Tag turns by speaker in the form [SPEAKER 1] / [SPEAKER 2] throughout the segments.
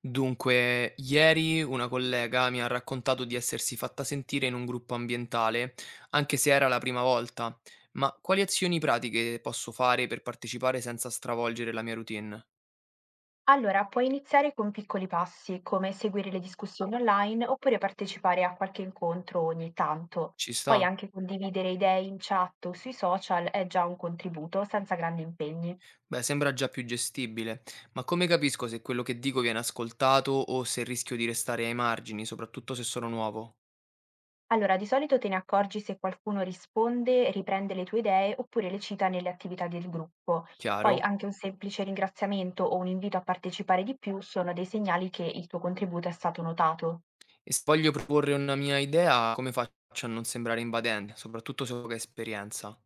[SPEAKER 1] Dunque, ieri una collega mi ha raccontato di essersi fatta sentire in un gruppo ambientale, anche se era la prima volta. Ma quali azioni pratiche posso fare per partecipare senza stravolgere la mia routine?
[SPEAKER 2] Allora, puoi iniziare con piccoli passi, come seguire le discussioni online oppure partecipare a qualche incontro ogni tanto.
[SPEAKER 1] Ci
[SPEAKER 2] Poi
[SPEAKER 1] sta?
[SPEAKER 2] anche condividere idee in chat o sui social è già un contributo, senza grandi impegni.
[SPEAKER 1] Beh, sembra già più gestibile, ma come capisco se quello che dico viene ascoltato o se rischio di restare ai margini, soprattutto se sono nuovo?
[SPEAKER 2] Allora, di solito te ne accorgi se qualcuno risponde, riprende le tue idee oppure le cita nelle attività del gruppo. Poi
[SPEAKER 1] Chiaro?
[SPEAKER 2] anche un semplice ringraziamento o un invito a partecipare di più sono dei segnali che il tuo contributo è stato notato.
[SPEAKER 1] E se voglio proporre una mia idea, come faccio a non sembrare invadente, soprattutto se ho poca esperienza?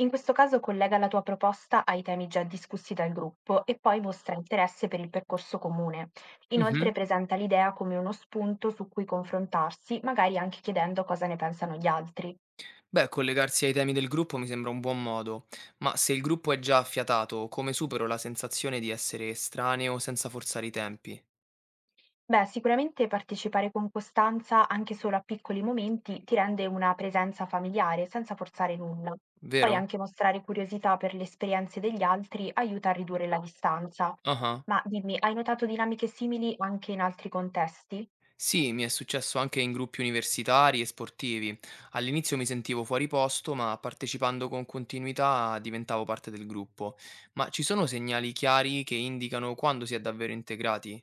[SPEAKER 2] In questo caso collega la tua proposta ai temi già discussi dal gruppo e poi mostra interesse per il percorso comune.
[SPEAKER 1] Mhm.
[SPEAKER 2] Inoltre presenta l'idea come uno spunto su cui confrontarsi, magari anche chiedendo cosa ne pensano gli altri.
[SPEAKER 1] Beh, collegarsi ai temi del gruppo mi sembra un buon modo, ma se il gruppo è già affiatato, come supero la sensazione di essere estraneo senza forzare i tempi?
[SPEAKER 2] Beh, sicuramente partecipare con costanza anche solo a piccoli momenti ti rende una presenza familiare senza forzare nulla. Poi
[SPEAKER 1] Vero?
[SPEAKER 2] anche mostrare curiosità per le esperienze degli altri aiuta a ridurre la distanza.
[SPEAKER 1] Ah.
[SPEAKER 2] Ma dimmi, hai notato dinamiche simili anche in altri contesti?
[SPEAKER 1] Sì, mi è successo anche in gruppi universitari e sportivi. All'inizio mi sentivo fuori posto, ma partecipando con continuità diventavo parte del gruppo. Ma ci sono segnali chiari che indicano quando si è davvero integrati?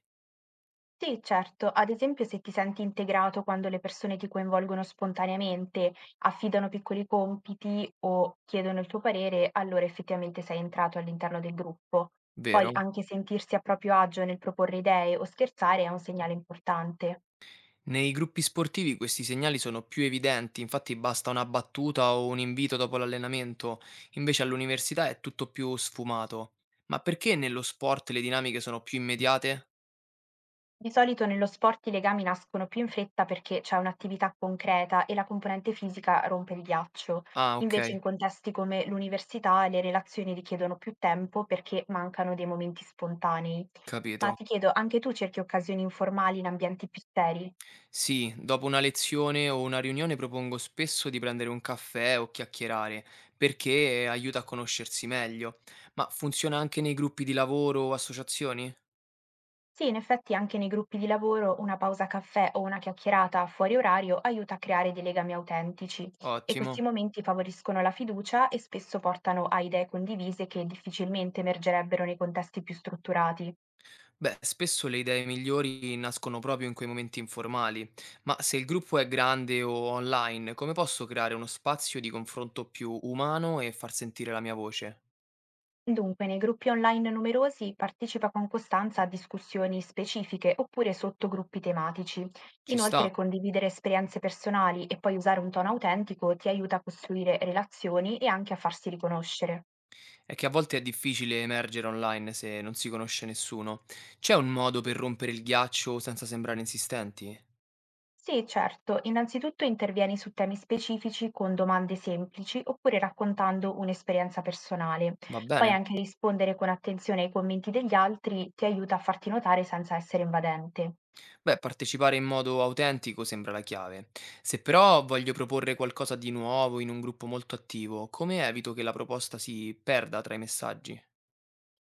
[SPEAKER 2] Sì, certo. Ad esempio, se ti senti integrato quando le persone ti coinvolgono spontaneamente, affidano piccoli compiti o chiedono il tuo parere, allora effettivamente sei entrato all'interno del gruppo. Poi
[SPEAKER 1] Vero?
[SPEAKER 2] anche sentirsi a proprio agio nel proporre idee o scherzare è un segnale importante.
[SPEAKER 1] Nei gruppi sportivi questi segnali sono più evidenti, infatti basta una battuta o un invito dopo l'allenamento, invece all'università è tutto più sfumato. Ma perché nello sport le dinamiche sono più immediate?
[SPEAKER 2] Di solito nello sport i legami nascono più in fretta perché c'è un'attività concreta e la componente fisica rompe il ghiaccio.
[SPEAKER 1] Ah, ok,
[SPEAKER 2] Invece in contesti come l'università le relazioni richiedono più tempo perché mancano dei momenti spontanei. Ma
[SPEAKER 1] capito.
[SPEAKER 2] ti chiedo, anche tu cerchi occasioni informali in ambienti più seri?
[SPEAKER 1] Sì, dopo una lezione o una riunione propongo spesso di prendere un caffè o chiacchierare, perché aiuta a conoscersi meglio. Ma funziona anche nei gruppi di lavoro o associazioni?
[SPEAKER 2] Sì, in effetti anche nei gruppi di lavoro una pausa caffè o una chiacchierata fuori orario aiuta a creare dei legami autentici e
[SPEAKER 1] Ottimo.
[SPEAKER 2] questi momenti favoriscono la fiducia e spesso portano a idee condivise che difficilmente emergerebbero nei contesti più strutturati.
[SPEAKER 1] Beh, spesso le idee migliori nascono proprio in quei momenti informali, ma se il gruppo è grande o online, come posso creare uno spazio di confronto più umano e far sentire la mia voce?
[SPEAKER 2] Dunque, nei gruppi online numerosi partecipa con costanza a discussioni specifiche oppure sottogruppi tematici.
[SPEAKER 1] Ci sta,
[SPEAKER 2] Inoltre, condividere esperienze personali e poi usare un tono autentico ti aiuta a costruire relazioni e anche a farsi riconoscere.
[SPEAKER 1] è che a volte è difficile emergere online se non si conosce nessuno. C'è un modo per rompere il ghiaccio senza sembrare insistenti?
[SPEAKER 2] Sì, certo. Innanzitutto intervieni su temi specifici con domande semplici oppure raccontando un'esperienza personale.
[SPEAKER 1] Va
[SPEAKER 2] Poi
[SPEAKER 1] bene?
[SPEAKER 2] anche rispondere con attenzione ai commenti degli altri ti aiuta a farti notare senza essere invadente.
[SPEAKER 1] Beh, partecipare in modo autentico sembra la chiave. Se però voglio proporre qualcosa di nuovo in un gruppo molto attivo, come evito che la proposta si perda tra i messaggi?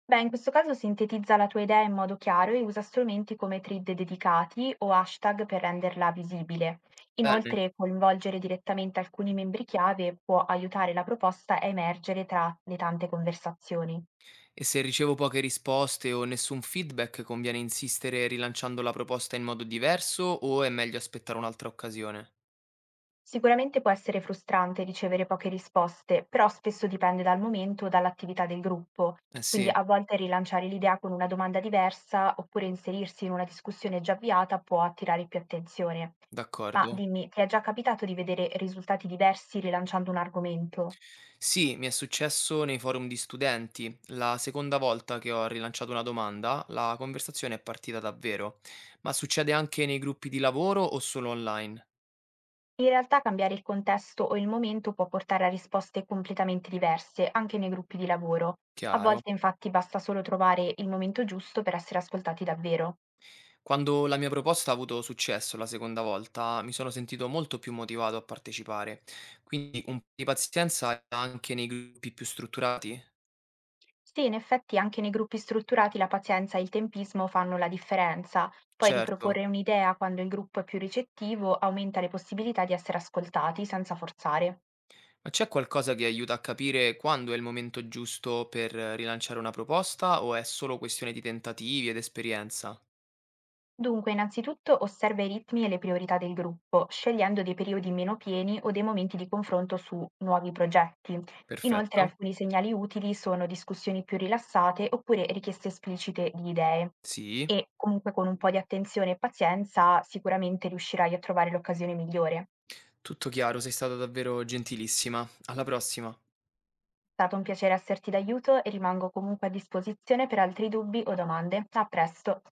[SPEAKER 2] Beh, in questo caso sintetizza la tua idea in modo chiaro e usa strumenti come thread dedicati o hashtag per renderla visibile.
[SPEAKER 1] Bene.
[SPEAKER 2] Inoltre, coinvolgere direttamente alcuni membri chiave può aiutare la proposta a emergere tra le tante conversazioni.
[SPEAKER 1] E se ricevo poche risposte o nessun feedback, conviene insistere rilanciando la proposta in modo diverso o è meglio aspettare un'altra occasione?
[SPEAKER 2] Sicuramente può essere frustrante ricevere poche risposte, però spesso dipende dal momento o dall'attività del gruppo.
[SPEAKER 1] Eh
[SPEAKER 2] Quindi
[SPEAKER 1] sì,
[SPEAKER 2] a volte rilanciare l'idea con una domanda diversa oppure inserirsi in una discussione già avviata può attirare più attenzione. Ma
[SPEAKER 1] d'accordo.
[SPEAKER 2] dimmi, ti è già capitato di vedere risultati diversi rilanciando un argomento?
[SPEAKER 1] Sì, mi è successo nei forum di studenti. La seconda volta che ho rilanciato una domanda, la conversazione è partita davvero. Ma succede anche nei gruppi di lavoro o solo online?
[SPEAKER 2] In realtà cambiare il contesto o il momento può portare a risposte completamente diverse, anche nei gruppi di lavoro. A
[SPEAKER 1] Chiaro.
[SPEAKER 2] volte infatti basta solo trovare il momento giusto per essere ascoltati davvero.
[SPEAKER 1] Quando la mia proposta ha avuto successo la seconda volta, mi sono sentito molto più motivato a partecipare. Quindi un po' di pazienza anche nei gruppi più strutturati?
[SPEAKER 2] Sì, in effetti anche nei gruppi strutturati la pazienza e il tempismo fanno la differenza. Poi
[SPEAKER 1] Certo,
[SPEAKER 2] riproporre un'idea quando il gruppo è più ricettivo aumenta le possibilità di essere ascoltati senza forzare.
[SPEAKER 1] ma c'è qualcosa che aiuta a capire quando è il momento giusto per rilanciare una proposta o è solo questione di tentativi ed esperienza?
[SPEAKER 2] Dunque, innanzitutto osserva i ritmi e le priorità del gruppo, scegliendo dei periodi meno pieni o dei momenti di confronto su nuovi progetti. Inoltre,
[SPEAKER 1] Perfetto.
[SPEAKER 2] alcuni segnali utili sono discussioni più rilassate oppure richieste esplicite di idee.
[SPEAKER 1] Sì,
[SPEAKER 2] E comunque con un po' di attenzione e pazienza sicuramente riuscirai a trovare l'occasione migliore.
[SPEAKER 1] tutto chiaro, sei stata davvero gentilissima. Alla prossima.
[SPEAKER 2] È stato un piacere esserti d'aiuto e rimango comunque a disposizione per altri dubbi o domande. A presto.